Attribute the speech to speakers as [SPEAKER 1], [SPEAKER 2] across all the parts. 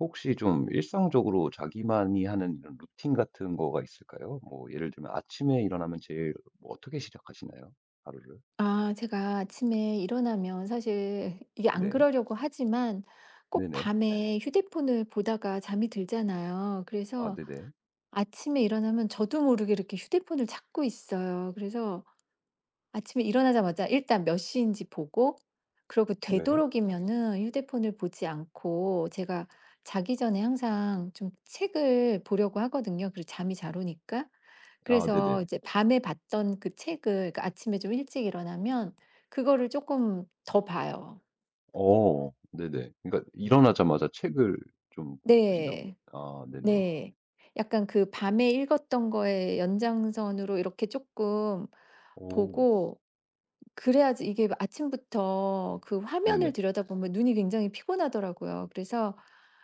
[SPEAKER 1] 혹시 좀 일상적으로 자기만이 하는 이런 루틴 같은 거가 있을까요? 뭐 예를 들면 아침에 일어나면 제일 뭐 어떻게 시작하시나요? 하루를?
[SPEAKER 2] 아 제가 아침에 일어나면 사실 이게 안
[SPEAKER 1] 네.
[SPEAKER 2] 그러려고 하지만 꼭
[SPEAKER 1] 네네.
[SPEAKER 2] 밤에 휴대폰을 보다가 잠이 들잖아요.
[SPEAKER 1] 아
[SPEAKER 2] 그래서
[SPEAKER 1] 네네.
[SPEAKER 2] 아침에 일어나면 저도 모르게 이렇게 휴대폰을 찾고 있어요. 그래서 아침에 일어나자마자 일단 몇 시인지 보고 그러고
[SPEAKER 1] 네.
[SPEAKER 2] 되도록이면은 휴대폰을 보지 않고 제가 자기 전에 항상 좀 책을 보려고 하거든요. 그리고 잠이 잘 오니까.
[SPEAKER 1] 아
[SPEAKER 2] 그래서
[SPEAKER 1] 네네.
[SPEAKER 2] 이제 밤에 봤던 그 책을 그러니까 아침에 좀 일찍 일어나면 그거를 쪼끔 더 봐요.
[SPEAKER 1] 어 네네. 그러니까 일어나자마자 책을 좀 보신다고요?
[SPEAKER 2] 네.
[SPEAKER 1] 아 네네.
[SPEAKER 2] 네. 약간 그 밤에 읽었던 거의 연장선으로 이렇게 쪼끔
[SPEAKER 1] 오
[SPEAKER 2] 보고 그래야지 이게 아침부터 그
[SPEAKER 1] 네네.
[SPEAKER 2] 화면을 들여다보면 눈이 굉장히 피곤하더라고요. 그래서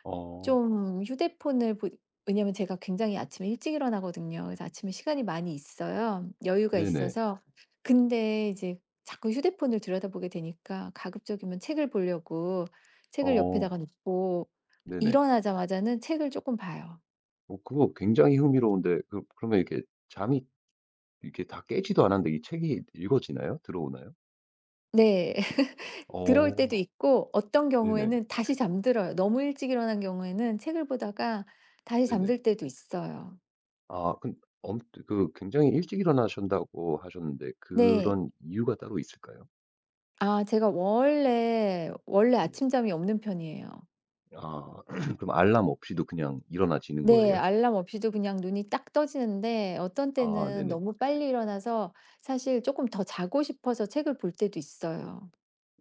[SPEAKER 1] 어
[SPEAKER 2] 좀 휴대폰을 보 왜냐면 제가 굉장히 아침에 일찍 일어나거든요. 그래서 아침에 시간이 많이 있어요. 여유가
[SPEAKER 1] 네네.
[SPEAKER 2] 있어서. 근데 이제 자꾸 휴대폰을 들여다보게 되니까 가급적이면 책을 보려고 책을
[SPEAKER 1] 어
[SPEAKER 2] 옆에다가 놓고
[SPEAKER 1] 네네.
[SPEAKER 2] 일어나자마자는 책을 조금 봐요.
[SPEAKER 1] 어 그거 굉장히 흥미로운데 그 그러면 이렇게 잠이 이렇게 다 깨지도 않았는데 이 책이 읽어지나요? 들어오나요?
[SPEAKER 2] 네. 들어올
[SPEAKER 1] 어
[SPEAKER 2] 때도 있고 어떤
[SPEAKER 1] 네네.
[SPEAKER 2] 경우에는 다시 잠들어요. 너무 일찍 일어난 경우에는 책을 보다가 다시
[SPEAKER 1] 네네.
[SPEAKER 2] 잠들 때도 있어요.
[SPEAKER 1] 아 근 엄 그 굉장히 일찍 일어나신다고 하셨는데
[SPEAKER 2] 네.
[SPEAKER 1] 그런 이유가 따로 있을까요?
[SPEAKER 2] 아 제가 원래
[SPEAKER 1] 네네.
[SPEAKER 2] 아침잠이 없는 편이에요.
[SPEAKER 1] 아 그럼 알람 없이도 그냥 일어나지는
[SPEAKER 2] 네.
[SPEAKER 1] 거예요?
[SPEAKER 2] 알람 없이도 그냥 눈이 딱 떠지는데 어떤
[SPEAKER 1] 아
[SPEAKER 2] 때는
[SPEAKER 1] 네네.
[SPEAKER 2] 너무 빨리 일어나서 사실 조금 더 자고 싶어서 책을 볼 때도 있어요.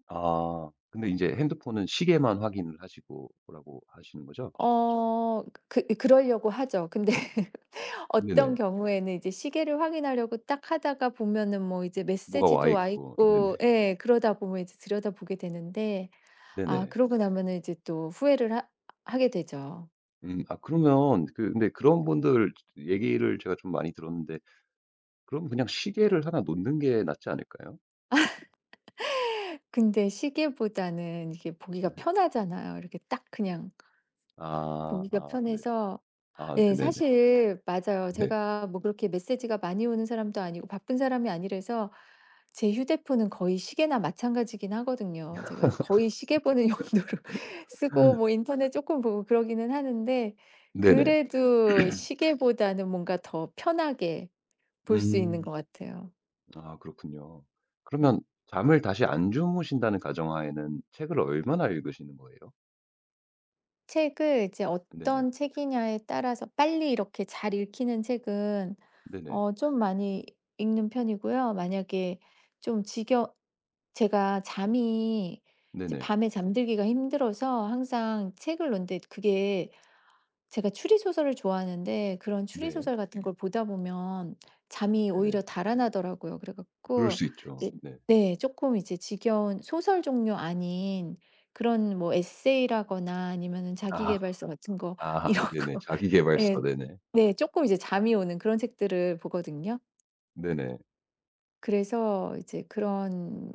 [SPEAKER 1] 아 근데 이제 핸드폰은 시계만 확인을 하시고 라고 하시는 거죠?
[SPEAKER 2] 어 그 그러려고 하죠. 근데 어떤
[SPEAKER 1] 네네.
[SPEAKER 2] 경우에는 이제 시계를 확인하려고 딱 하다가 보면은 뭐 이제
[SPEAKER 1] 뭐가 와
[SPEAKER 2] 메시지도 와
[SPEAKER 1] 있고. 네네.
[SPEAKER 2] 있고 예 그러다 보면 이제 들여다보게 되는데 아
[SPEAKER 1] 네네.
[SPEAKER 2] 그러고 나면은 이제 또 후회를 하 하게 되죠.
[SPEAKER 1] 아 그러면 그 근데 그런 분들 얘기를 제가 좀 많이 들었는데 그럼 그냥 시계를 하나 놓는 게 낫지 않을까요?
[SPEAKER 2] 근데 시계보다는 이게 보기가
[SPEAKER 1] 네.
[SPEAKER 2] 편하잖아요. 이렇게 딱 그냥
[SPEAKER 1] 아
[SPEAKER 2] 보기가
[SPEAKER 1] 아 네.
[SPEAKER 2] 편해서
[SPEAKER 1] 아
[SPEAKER 2] 네.
[SPEAKER 1] 네네네.
[SPEAKER 2] 사실 맞아요.
[SPEAKER 1] 네.
[SPEAKER 2] 제가 뭐 그렇게 메시지가 많이 오는 사람도 아니고 바쁜 사람이 아니라서 제 휴대폰은 거의 시계나 마찬가지긴 하거든요. 제가 거의 시계 보는 용도로 쓰고 뭐 인터넷 조금 보고 그러기는 하는데
[SPEAKER 1] 네네.
[SPEAKER 2] 그래도 시계보다는 뭔가 더 편하게 볼 수 있는
[SPEAKER 1] 음.
[SPEAKER 2] 것 같아요.
[SPEAKER 1] 아 그렇군요. 그러면 잠을 다시 안 주무신다는 가정하에는 책을 얼마나 읽으시는 거예요?
[SPEAKER 2] 책을 이제
[SPEAKER 1] 네네.
[SPEAKER 2] 어떤 책이냐에 따라서 빨리 이렇게 잘 읽히는 책은
[SPEAKER 1] 네네.
[SPEAKER 2] 어 좀 많이 읽는 편이고요. 만약에 좀 지겨 제가 잠이 이제
[SPEAKER 1] 네네.
[SPEAKER 2] 밤에 잠들기가 힘들어서 항상 책을 놓는데 그게 제가 추리소설을 좋아하는데 그런
[SPEAKER 1] 네.
[SPEAKER 2] 추리소설 같은 걸 보다 보면 잠이
[SPEAKER 1] 네네.
[SPEAKER 2] 오히려 달아나더라고요. 그래
[SPEAKER 1] 그럴
[SPEAKER 2] 갖고
[SPEAKER 1] 수 있죠.
[SPEAKER 2] 이제
[SPEAKER 1] 네.
[SPEAKER 2] 네 조금 이제 지겨운 소설 종류 아닌 그런 뭐 에세이라거나 아니면은
[SPEAKER 1] 아.
[SPEAKER 2] 자기계발서 같은 거
[SPEAKER 1] 아
[SPEAKER 2] 이런
[SPEAKER 1] 네네.
[SPEAKER 2] 거
[SPEAKER 1] 자기계발서.
[SPEAKER 2] 예.
[SPEAKER 1] 네네.
[SPEAKER 2] 네 조금 이제 잠이 오는 그런 책들을 보거든요.
[SPEAKER 1] 네네.
[SPEAKER 2] 그래서 이제 그런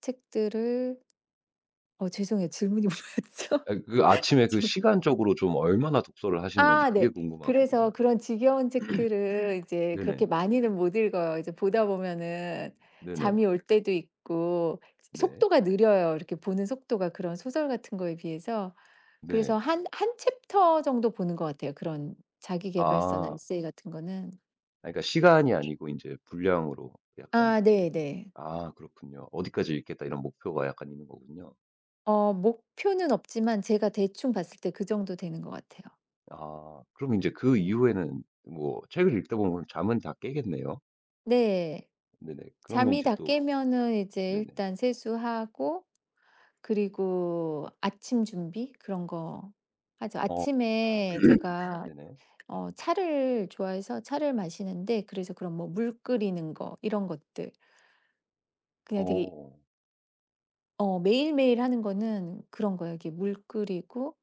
[SPEAKER 2] 책들을 어 죄송해요. 질문이 뭐였죠?
[SPEAKER 1] 아 그 아침에 그 시간적으로 좀 얼마나 독서를 하시는 건지
[SPEAKER 2] 아
[SPEAKER 1] 그게
[SPEAKER 2] 네.
[SPEAKER 1] 궁금하거든요.
[SPEAKER 2] 그래서
[SPEAKER 1] 네.
[SPEAKER 2] 그런 지겨운 책들을 네. 이제
[SPEAKER 1] 네네.
[SPEAKER 2] 그렇게 많이는 못 읽어요. 이제 보다 보면은
[SPEAKER 1] 네네.
[SPEAKER 2] 잠이 올 때도 있고
[SPEAKER 1] 네.
[SPEAKER 2] 속도가 느려요. 이렇게 보는 속도가 그런 소설 같은 거에 비해서. 그래서
[SPEAKER 1] 네.
[SPEAKER 2] 한 한 챕터 정도 보는 것 같아요. 그런 자기 계발서나
[SPEAKER 1] 아.
[SPEAKER 2] 에세이 같은 거는.
[SPEAKER 1] 아 그러니까 시간이 아니고 이제 분량으로 약간
[SPEAKER 2] 아
[SPEAKER 1] 읽
[SPEAKER 2] 네네.
[SPEAKER 1] 아 그렇군요. '어디까지 읽겠다.' 이런 목표가 약간 있는 거군요.
[SPEAKER 2] 어 목표는 없지만 제가 대충 봤을 때 그 정도 되는 것 같아요.
[SPEAKER 1] 아 그럼 이제 그 이후에는 뭐 책을 읽다 보면 잠은 다 깨겠네요.
[SPEAKER 2] 네.
[SPEAKER 1] 네네. 그러면 이
[SPEAKER 2] 잠이
[SPEAKER 1] 제
[SPEAKER 2] 다
[SPEAKER 1] 또
[SPEAKER 2] 깨면은 이제
[SPEAKER 1] 네네.
[SPEAKER 2] 일단 세수하고 그리고 아침 준비 그런 거 하죠.
[SPEAKER 1] 어
[SPEAKER 2] 아침에 제가
[SPEAKER 1] 네네.
[SPEAKER 2] 어 차를 좋아해서 차를 마시는데 그래서 그런 뭐 물 끓이는 거 이런 것들 그냥 되게
[SPEAKER 1] 어
[SPEAKER 2] 어 매일매일 하는 거는 그런 거예요. 이게 물 끓이고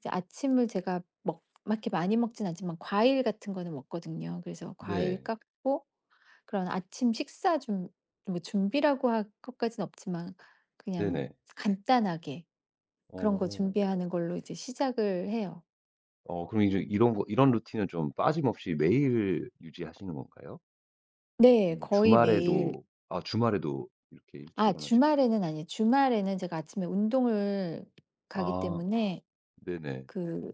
[SPEAKER 2] 이제 아침을 제가 먹 막 이렇게 많이 먹진 않지만 과일 같은 거는 먹거든요. 그래서 과일
[SPEAKER 1] 네.
[SPEAKER 2] 깎고 그런 아침 식사 좀 뭐 준비라고 할 것까진 없지만 그냥
[SPEAKER 1] 네네.
[SPEAKER 2] 간단하게 그런 거
[SPEAKER 1] 어.
[SPEAKER 2] 준비하는 걸로 이제 시작을 해요.
[SPEAKER 1] 어 그럼 이제 이런 거 이런 루틴은 좀 빠짐없이 매일 유지하시는 건가요?
[SPEAKER 2] 네.
[SPEAKER 1] 뭐
[SPEAKER 2] 거의 매일
[SPEAKER 1] 주말에도 아 주말에도 이렇게 일찍
[SPEAKER 2] 아
[SPEAKER 1] 일어나시고.
[SPEAKER 2] 주말에는 아니에요. 주말에는 제가 아침에 운동을 가기
[SPEAKER 1] 아
[SPEAKER 2] 때문에
[SPEAKER 1] 네네.
[SPEAKER 2] 그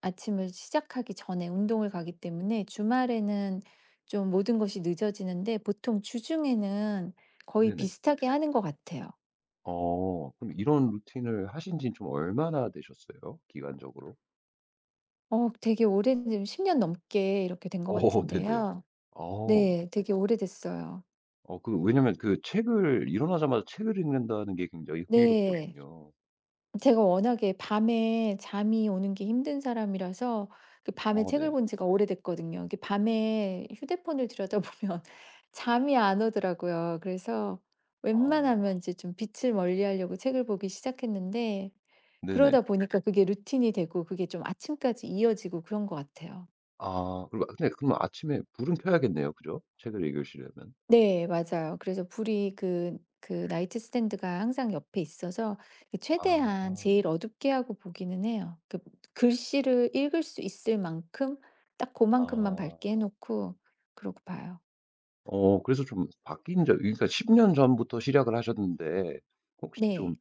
[SPEAKER 2] 아침을 시작하기 전에 운동을 가기 때문에 주말에는 좀 모든 것이 늦어지는데 보통 주중에는 거의
[SPEAKER 1] 네네.
[SPEAKER 2] 비슷하게 하는 것 같아요.
[SPEAKER 1] 어 그럼 이런 루틴을 하신 지는 좀 얼마나 되셨어요? 기간적으로?
[SPEAKER 2] 어 되게 오랜 지금 10년 넘게 이렇게 된 것
[SPEAKER 1] 어 네네.
[SPEAKER 2] 같은데요.
[SPEAKER 1] 어.
[SPEAKER 2] 네.
[SPEAKER 1] 네.
[SPEAKER 2] 되게 오래됐어요.
[SPEAKER 1] 어 그 왜냐면 그 책을 일어나자마자 책을 읽는다는 게 굉장히
[SPEAKER 2] 네.
[SPEAKER 1] 흥미롭거든요.
[SPEAKER 2] 제가 워낙에 밤에 잠이 오는 게 힘든 사람이라서 그 밤에
[SPEAKER 1] 어 네.
[SPEAKER 2] 책을 본 지가 오래됐거든요. 이게 밤에 휴대폰을 들여다보면 잠이 안 오더라고요. 그래서
[SPEAKER 1] 아.
[SPEAKER 2] 웬만하면 이제 좀 빛을 멀리하려고 책을 보기 시작했는데
[SPEAKER 1] 네네.
[SPEAKER 2] 그러다 보니까 그게 루틴이 되고 그게 좀 아침까지 이어지고 그런 것 같아요.
[SPEAKER 1] 아 그리고 근데 그럼 아침에 불은 켜야겠네요. 그죠? 책을 읽으시려면.
[SPEAKER 2] 네 맞아요. 그래서 불이 그 그 나이트 스탠드가 항상 옆에 있어서 그
[SPEAKER 1] 아.
[SPEAKER 2] 최대한 제일 어둡게 하고 보기는 해요. 그 글씨를 읽을 수 있을 만큼 딱 고만큼만
[SPEAKER 1] 아.
[SPEAKER 2] 밝게 해 놓고 그러고 봐요.
[SPEAKER 1] 어 그래서 좀 바뀐 점 그러니까 10년 전부터 시작을 하셨는데 혹시 좀
[SPEAKER 2] 네.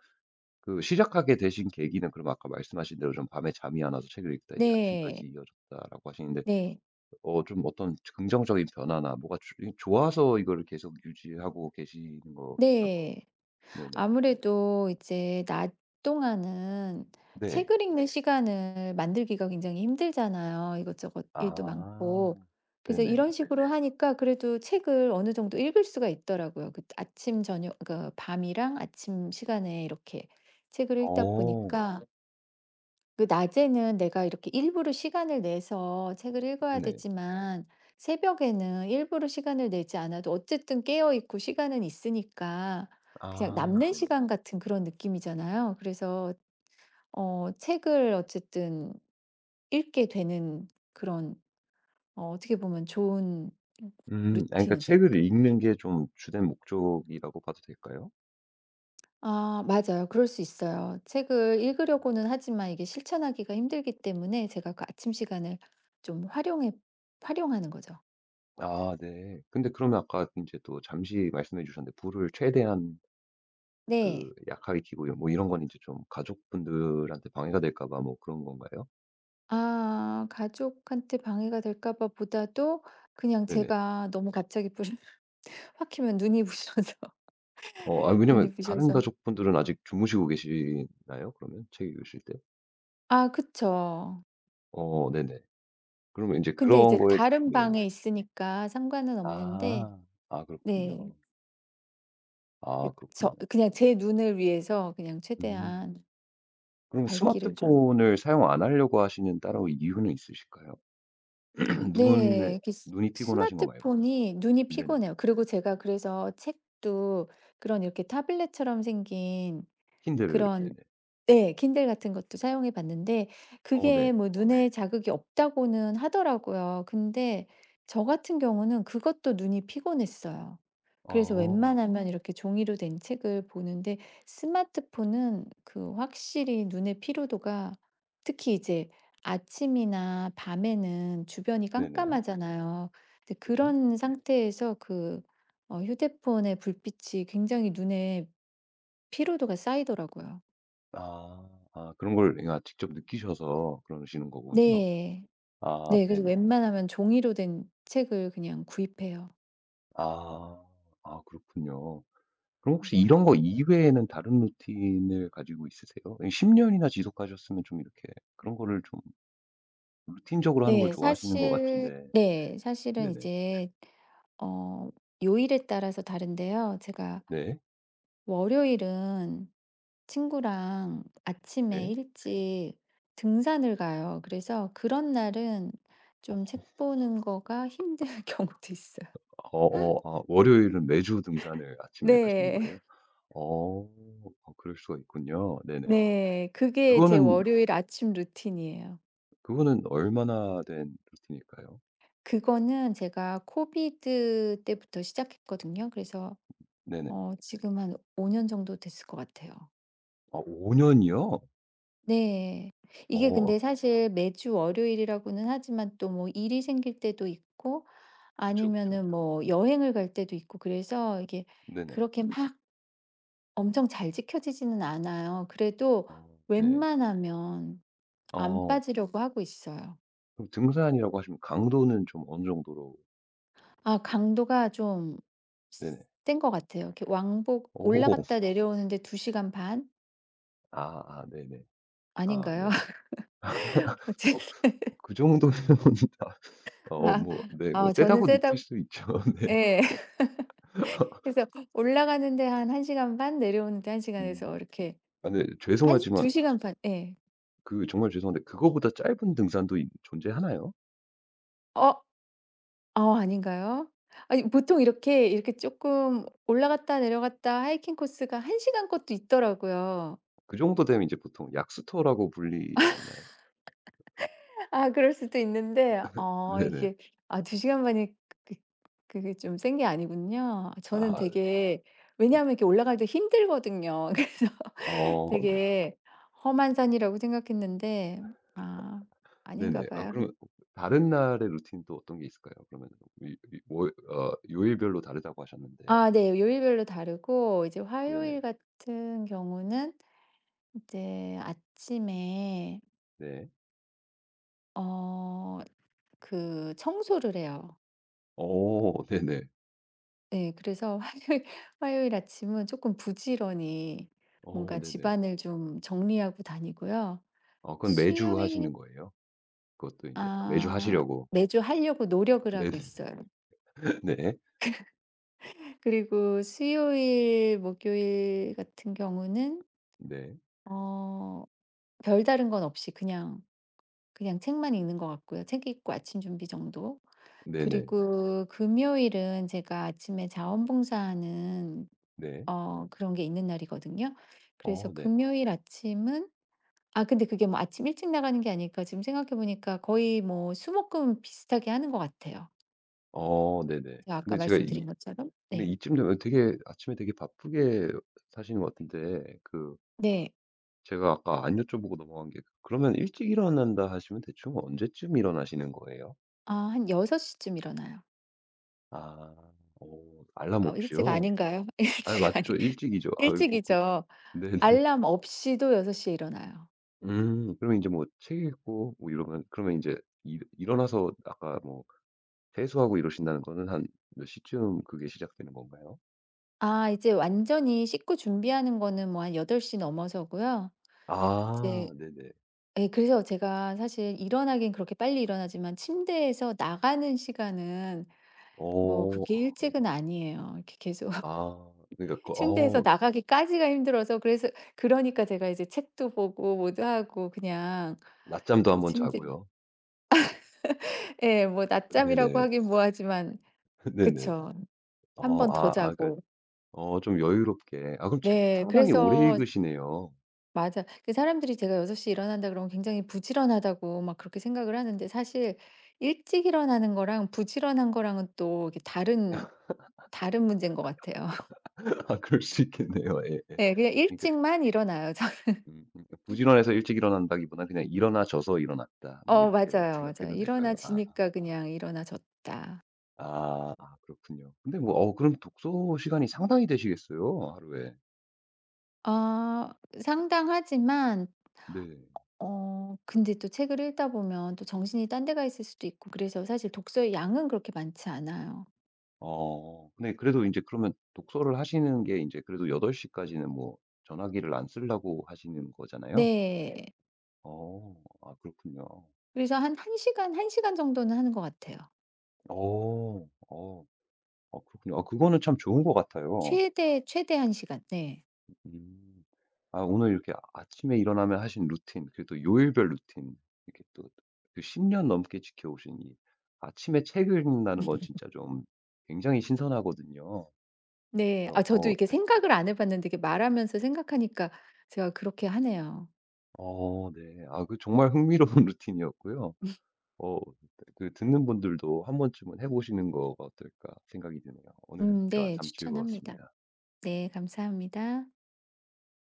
[SPEAKER 1] 그 시작하게 되신 계기는 그럼 아까 말씀하신 대로 좀 밤에 잠이 안 와서 책을 읽다 이게
[SPEAKER 2] 네.
[SPEAKER 1] 아침까지 이어졌다라고 하시는데
[SPEAKER 2] 네.
[SPEAKER 1] 어 좀 어떤 긍정적인 변화나 뭐가 좋아서 이거를 계속 유지하고 계시는 거겠죠?
[SPEAKER 2] 네.
[SPEAKER 1] 네네.
[SPEAKER 2] 아무래도 이제 낮 동안은
[SPEAKER 1] 네.
[SPEAKER 2] 책을 읽는 시간을 만들기가 굉장히 힘들잖아요. 이것저것 일도
[SPEAKER 1] 아
[SPEAKER 2] 많고. 그래서
[SPEAKER 1] 네네.
[SPEAKER 2] 이런 식으로 하니까 그래도 책을 어느 정도 읽을 수가 있더라고요. 그 아침, 저녁, 그 밤이랑 아침 시간에 이렇게 책을 읽다 어,
[SPEAKER 1] 어
[SPEAKER 2] 보니까 그 낮에는 내가 이렇게 일부러 시간을 내서 책을 읽어야
[SPEAKER 1] 네네.
[SPEAKER 2] 되지만 새벽에는 일부러 시간을 내지 않아도 어쨌든 깨어 있고 시간은 있으니까 그냥
[SPEAKER 1] 아
[SPEAKER 2] 남는
[SPEAKER 1] 네네.
[SPEAKER 2] 시간 같은 그런 느낌이잖아요. 그래서 어 책을 어쨌든 읽게 되는 그런 어 어떻게 보면 좋은
[SPEAKER 1] 아 그러니까
[SPEAKER 2] 루틴이죠.
[SPEAKER 1] 책을
[SPEAKER 2] 그
[SPEAKER 1] 읽는 게 좀 주된 목적이라고 봐도 될까요?
[SPEAKER 2] 아 맞아요. 그럴 수 있어요. 책을 읽으려고는 하지만 이게 실천하기가 힘들기 때문에 제가 그 아침 시간을 좀 활용해 활용하는 거죠.
[SPEAKER 1] 아 네. 근데 그러면 아까 이제 또 잠시 말씀해 주셨는데 불을 최대한 그
[SPEAKER 2] 네.
[SPEAKER 1] 약하게 켜고 요 뭐 이런 건 이제 좀 가족분들한테 방해가 될까 봐 뭐 그런 건가요?
[SPEAKER 2] 아 가족한테 방해가 될까 봐 보다도 그냥
[SPEAKER 1] 네네.
[SPEAKER 2] 제가 너무 갑자기 불 확 켜면 눈이 부셔서
[SPEAKER 1] 어 아
[SPEAKER 2] 눈이
[SPEAKER 1] 왜냐면 다른
[SPEAKER 2] 부셔서
[SPEAKER 1] 가족분들은 아직 주무시고 계시나요? 그러면 책 읽으실 때?
[SPEAKER 2] 아 그쵸.
[SPEAKER 1] 어 네네. 그러면 이제
[SPEAKER 2] 근데
[SPEAKER 1] 그런
[SPEAKER 2] 이제
[SPEAKER 1] 거에
[SPEAKER 2] 다른
[SPEAKER 1] 네.
[SPEAKER 2] 방에 있으니까 상관은 없는데
[SPEAKER 1] 아. 아 그렇군요.
[SPEAKER 2] 네. 그
[SPEAKER 1] 아
[SPEAKER 2] 저,
[SPEAKER 1] 그렇군요.
[SPEAKER 2] 그냥 제 눈을 위해서 그냥
[SPEAKER 1] 음.
[SPEAKER 2] 최대한
[SPEAKER 1] 그럼
[SPEAKER 2] 밝기를 좀
[SPEAKER 1] 스마트폰을 사용 안 하려고 하시는 따로 이유는 있으실까요?
[SPEAKER 2] 네.
[SPEAKER 1] 눈에
[SPEAKER 2] 이렇게 스
[SPEAKER 1] 눈이 피곤하신 거 말고
[SPEAKER 2] 스마트폰이 눈이
[SPEAKER 1] 네네.
[SPEAKER 2] 피곤해요. 그리고 제가 그래서 책도 그런 이렇게 타블렛처럼 생긴
[SPEAKER 1] 킨들을
[SPEAKER 2] 그런
[SPEAKER 1] 네네.
[SPEAKER 2] 네. 킨들 같은 것도 사용해 봤는데
[SPEAKER 1] 어 네.
[SPEAKER 2] 그게 뭐 어 네. 눈에 자극이 없다고는 하더라고요. 근데 저 같은 경우는 그것도 눈이 피곤했어요. 그래서
[SPEAKER 1] 아.
[SPEAKER 2] 웬만하면 어. 이렇게 종이로 된 책을 보는데 스마트폰은 그 확실히 눈의 피로도가 특히 이제 아침이나 밤에는 주변이
[SPEAKER 1] 네네.
[SPEAKER 2] 깜깜하잖아요. 근데
[SPEAKER 1] 네.
[SPEAKER 2] 그런 네. 상태에서 그 어 휴대폰의 불빛이 굉장히 눈에 피로도가 쌓이더라고요.
[SPEAKER 1] 아. 아 그런 걸 내가 직접 느끼셔서 그러시는 거군요.
[SPEAKER 2] 네.
[SPEAKER 1] 아
[SPEAKER 2] 네. 그래서
[SPEAKER 1] 네네.
[SPEAKER 2] 웬만하면 종이로 된 책을 그냥 구입해요.
[SPEAKER 1] 아. 아 그렇군요. 그럼
[SPEAKER 2] 음.
[SPEAKER 1] 혹시 이런 거 이외에는 다른 루틴을 가지고 있으세요? 예 10 년이나 지속하셨으면 좀 이렇게 그런 거를 좀 루틴적으로 하는 걸
[SPEAKER 2] 네.
[SPEAKER 1] 좋아하시는 것
[SPEAKER 2] 사실
[SPEAKER 1] 같은데.
[SPEAKER 2] 네. 사실은
[SPEAKER 1] 네네.
[SPEAKER 2] 이제 어 요일에 따라서 다른데요. 제가
[SPEAKER 1] 네.
[SPEAKER 2] 월요일은 친구랑 아침에
[SPEAKER 1] 네.
[SPEAKER 2] 일찍 등산을 가요. 그래서 그런 날은 좀 책 보는 거가 힘든 경우도 있어요.
[SPEAKER 1] 어어 아 월요일은 매주 등산을 아침에 가시는
[SPEAKER 2] 네.
[SPEAKER 1] 거예요? 어. 어 그럴 수가 있군요. 네네.
[SPEAKER 2] 네. 그게 제
[SPEAKER 1] 그거는
[SPEAKER 2] 월요일 아침 루틴이에요.
[SPEAKER 1] 그거는 얼마나 된 루틴일까요?
[SPEAKER 2] 그거는 제가 코비드 때부터 시작했거든요. 그래서
[SPEAKER 1] 네네.
[SPEAKER 2] 어 지금 한 5년 정도 됐을 것 같아요.
[SPEAKER 1] 아 5 년이요?
[SPEAKER 2] 네. 이게
[SPEAKER 1] 어
[SPEAKER 2] 근데 사실 매주 월요일이라고는 하지만 또 뭐 일이 생길 때도 있고
[SPEAKER 1] 그쵸, 그쵸.
[SPEAKER 2] 아니면은 뭐 여행을 갈 때도 있고 그래서 이게
[SPEAKER 1] 네네.
[SPEAKER 2] 그렇게 막 엄청 잘 지켜지지는 않아요. 그래도
[SPEAKER 1] 어 네.
[SPEAKER 2] 웬만하면 안
[SPEAKER 1] 어
[SPEAKER 2] 빠지려고 하고 있어요.
[SPEAKER 1] 그럼 등산이라고 하시면 강도는 좀 어느 정도로
[SPEAKER 2] 아 강도가 좀
[SPEAKER 1] 네네.
[SPEAKER 2] 센 것 같아요. 이렇게 왕복
[SPEAKER 1] 오.
[SPEAKER 2] 올라갔다 내려오는데 2 시간 반
[SPEAKER 1] 아 아 네네. 아
[SPEAKER 2] 아닌가요?
[SPEAKER 1] 네. 어
[SPEAKER 2] 어쨌든,
[SPEAKER 1] 그 그 정도면 어 뭐 네
[SPEAKER 2] 아
[SPEAKER 1] 뭐
[SPEAKER 2] 아, 저는
[SPEAKER 1] 세다고 느낄
[SPEAKER 2] 세다고
[SPEAKER 1] 수 있죠. 네.
[SPEAKER 2] 예. 그래서 올라가는데 한 1 시간 반 내려오는데 1 시간에서
[SPEAKER 1] 음.
[SPEAKER 2] 이렇게
[SPEAKER 1] 아 네,
[SPEAKER 2] 한
[SPEAKER 1] 죄송하지만
[SPEAKER 2] 2 시간 반 예.
[SPEAKER 1] 그 정말 죄송한데 그거보다 짧은 등산도 있 존재하나요?
[SPEAKER 2] 어 어 아닌가요? 아니 보통 이렇게, 이렇게 조금 올라갔다 내려갔다 하이킹 코스가 1 시간 것도 있더라고요.
[SPEAKER 1] 그 정도 되면 이제 보통 약수터라고 불리지 않나요?
[SPEAKER 2] 아 그럴 수도 있는데 어
[SPEAKER 1] 네네.
[SPEAKER 2] 이게 아 2 시간 반이 그 그게 좀 센 게 아니군요. 저는
[SPEAKER 1] 아
[SPEAKER 2] 되게 왜냐하면 이렇게 올라갈 때 힘들거든요. 그래서
[SPEAKER 1] 어 네.
[SPEAKER 2] 되게 험한 산이라고 생각했는데 아 아닌가
[SPEAKER 1] 네네. 아
[SPEAKER 2] 봐요.
[SPEAKER 1] 그러면 다른 날의 루틴 또 어떤 게 있을까요? 그러면 이이 월 어 요일별로 다르다고 하셨는데.
[SPEAKER 2] 아 네. 요일별로 다르고 이제
[SPEAKER 1] 네네.
[SPEAKER 2] 화요일 같은 경우는 이제 아침에
[SPEAKER 1] 네.
[SPEAKER 2] 어 그 청소를 해요.
[SPEAKER 1] 오 네네.
[SPEAKER 2] 네, 그래서 화요일 화요일 아침은 조금 부지런히
[SPEAKER 1] 어
[SPEAKER 2] 뭔가
[SPEAKER 1] 네네.
[SPEAKER 2] 집안을 좀 정리하고 다니고요.
[SPEAKER 1] 아 그건 매주
[SPEAKER 2] 수요일
[SPEAKER 1] 하시는 거예요? 그것도 이제 매주
[SPEAKER 2] 아
[SPEAKER 1] 하시려고.
[SPEAKER 2] 매주 하려고 노력을 하고
[SPEAKER 1] 네네.
[SPEAKER 2] 있어요.
[SPEAKER 1] 네.
[SPEAKER 2] 그리고 수요일, 목요일 같은 경우는
[SPEAKER 1] 네.
[SPEAKER 2] 어 별다른 건 없이 그냥 그냥 책만 읽는 것 같고요. 책 읽고 아침 준비 정도.
[SPEAKER 1] 네네.
[SPEAKER 2] 그리고 금요일은 제가 아침에 자원봉사하는
[SPEAKER 1] 네.
[SPEAKER 2] 어 그런 게 있는 날이거든요. 그래서
[SPEAKER 1] 어 네.
[SPEAKER 2] 금요일 아침은 아 근데 그게 뭐 아침 일찍 나가는 게 아닐까 지금 생각해 보니까 거의 뭐 수목금 비슷하게 하는 것 같아요.
[SPEAKER 1] 어 네네.
[SPEAKER 2] 제가
[SPEAKER 1] 근데
[SPEAKER 2] 아까
[SPEAKER 1] 제가 이
[SPEAKER 2] 말씀드린 것처럼.
[SPEAKER 1] 근데
[SPEAKER 2] 네.
[SPEAKER 1] 이쯤 되면 되게 아침에 되게 바쁘게 사시는 것 같은데 그
[SPEAKER 2] 네.
[SPEAKER 1] 제가 아까 안 여쭤보고 넘어간 게 그러면 일찍 일어난다 하시면 대충 언제쯤 일어나시는 거예요?
[SPEAKER 2] 아 한6시쯤 일어나요.
[SPEAKER 1] 아. 어 알람
[SPEAKER 2] 어 일찍
[SPEAKER 1] 없이요?
[SPEAKER 2] 아닌가요?
[SPEAKER 1] 아
[SPEAKER 2] 일찍 아니
[SPEAKER 1] 맞죠. 일찍이죠. 아이고 그
[SPEAKER 2] 일찍이죠.
[SPEAKER 1] 네네.
[SPEAKER 2] 알람 없이도 6시에 일어나요.
[SPEAKER 1] 그럼 이제 뭐 책 읽고 뭐 이러면 그러면 이제 일 일어나서 아까 뭐 세수하고 이러신다는 거는 한 몇 시쯤 그게 시작되는 건가요?
[SPEAKER 2] 아 이제 완전히 씻고 준비하는 거는 뭐 한8시 넘어서고요.
[SPEAKER 1] 아
[SPEAKER 2] 이제
[SPEAKER 1] 네네.
[SPEAKER 2] 예 그래서 제가 사실 일어나긴 그렇게 빨리 일어나지만 침대에서 나가는 시간은 뭐
[SPEAKER 1] 어.
[SPEAKER 2] 그렇게 일찍은 아니에요. 이렇게 계속
[SPEAKER 1] 아 그러니까 그
[SPEAKER 2] 침대에서
[SPEAKER 1] 어
[SPEAKER 2] 나가기까지가 힘들어서 그래서 그러니까 제가 이제 책도 보고 뭐도 하고 그냥
[SPEAKER 1] 낮잠도 한번
[SPEAKER 2] 침대
[SPEAKER 1] 자고요.
[SPEAKER 2] 예 뭐 낮잠이라고
[SPEAKER 1] 네네.
[SPEAKER 2] 하긴 뭐하지만
[SPEAKER 1] 네네.
[SPEAKER 2] 그쵸. 한
[SPEAKER 1] 어
[SPEAKER 2] 번 더
[SPEAKER 1] 아 아 그러니까
[SPEAKER 2] 자고.
[SPEAKER 1] 어 좀 여유롭게. 아 그럼 책도
[SPEAKER 2] 네.
[SPEAKER 1] 상당히 오래
[SPEAKER 2] 그래서
[SPEAKER 1] 읽으시네요.
[SPEAKER 2] 맞아. 그 사람들이 제가 6시에 일어난다 그러면 굉장히 부지런하다고 막 그렇게 생각을 하는데 사실 일찍 일어나는 거랑 부지런한 거랑은 또 이게 다른 문제인 것 같아요.
[SPEAKER 1] 아 그럴 수 있겠네요. 예예.
[SPEAKER 2] 네, 그냥
[SPEAKER 1] 그러니까
[SPEAKER 2] 일찍만 일어나요 저.
[SPEAKER 1] 음 부지런해서 일찍 일어난다기보다 그냥 일어나져서 일어났다. 뭐
[SPEAKER 2] 어
[SPEAKER 1] 이렇게
[SPEAKER 2] 맞아요, 맞아요.
[SPEAKER 1] 생각해도 될까요? 아.
[SPEAKER 2] 일어나지니까 그냥 일어나졌다.
[SPEAKER 1] 아 아 그렇군요. 근데 뭐 어 그럼 독서 시간이 상당히 되시겠어요, 하루에.
[SPEAKER 2] 아 상당하지만
[SPEAKER 1] 네.
[SPEAKER 2] 어 근데 또 책을 읽다 보면 또 정신이 딴 데가 있을 수도 있고 그래서 사실 독서의 양은 그렇게 많지 않아요.
[SPEAKER 1] 어 근데 그래도 이제 그러면 독서를 하시는 게 이제 그래도 8 시까지는 뭐 전화기를 안 쓰려고 하시는 거잖아요?
[SPEAKER 2] 네.
[SPEAKER 1] 어 아 그렇군요.
[SPEAKER 2] 그래서 한 1 시간, 1 시간 정도는 하는 것 같아요.
[SPEAKER 1] 어. 어. 어 그렇군요. 아 그거는 참 좋은 것 같아요.
[SPEAKER 2] 최대 한 시간. 네.
[SPEAKER 1] 음. 아 오늘 이렇게 아침에 일어나면 하신 루틴 그리고 또 요일별 루틴 이렇게 또 그 10년 넘게 지켜오신 이 아침에 책을 읽는다는 건 진짜 좀 굉장히 신선하거든요.
[SPEAKER 2] 네.
[SPEAKER 1] 그래서
[SPEAKER 2] 아 저도
[SPEAKER 1] 어
[SPEAKER 2] 이게
[SPEAKER 1] 네.
[SPEAKER 2] 생각을 안 해 봤는데 이렇게 말하면서 생각하니까 제가 그렇게 하네요.
[SPEAKER 1] 어 네. 아 그 정말 흥미로운 루틴이었고요. 어 그 듣는 분들도 한 번쯤은 해 보시는 거가 어떨까 생각이 드네요. 오늘 대화
[SPEAKER 2] 네.
[SPEAKER 1] 참
[SPEAKER 2] 추천합니다.
[SPEAKER 1] 즐거웠습니다.
[SPEAKER 2] 네. 감사합니다.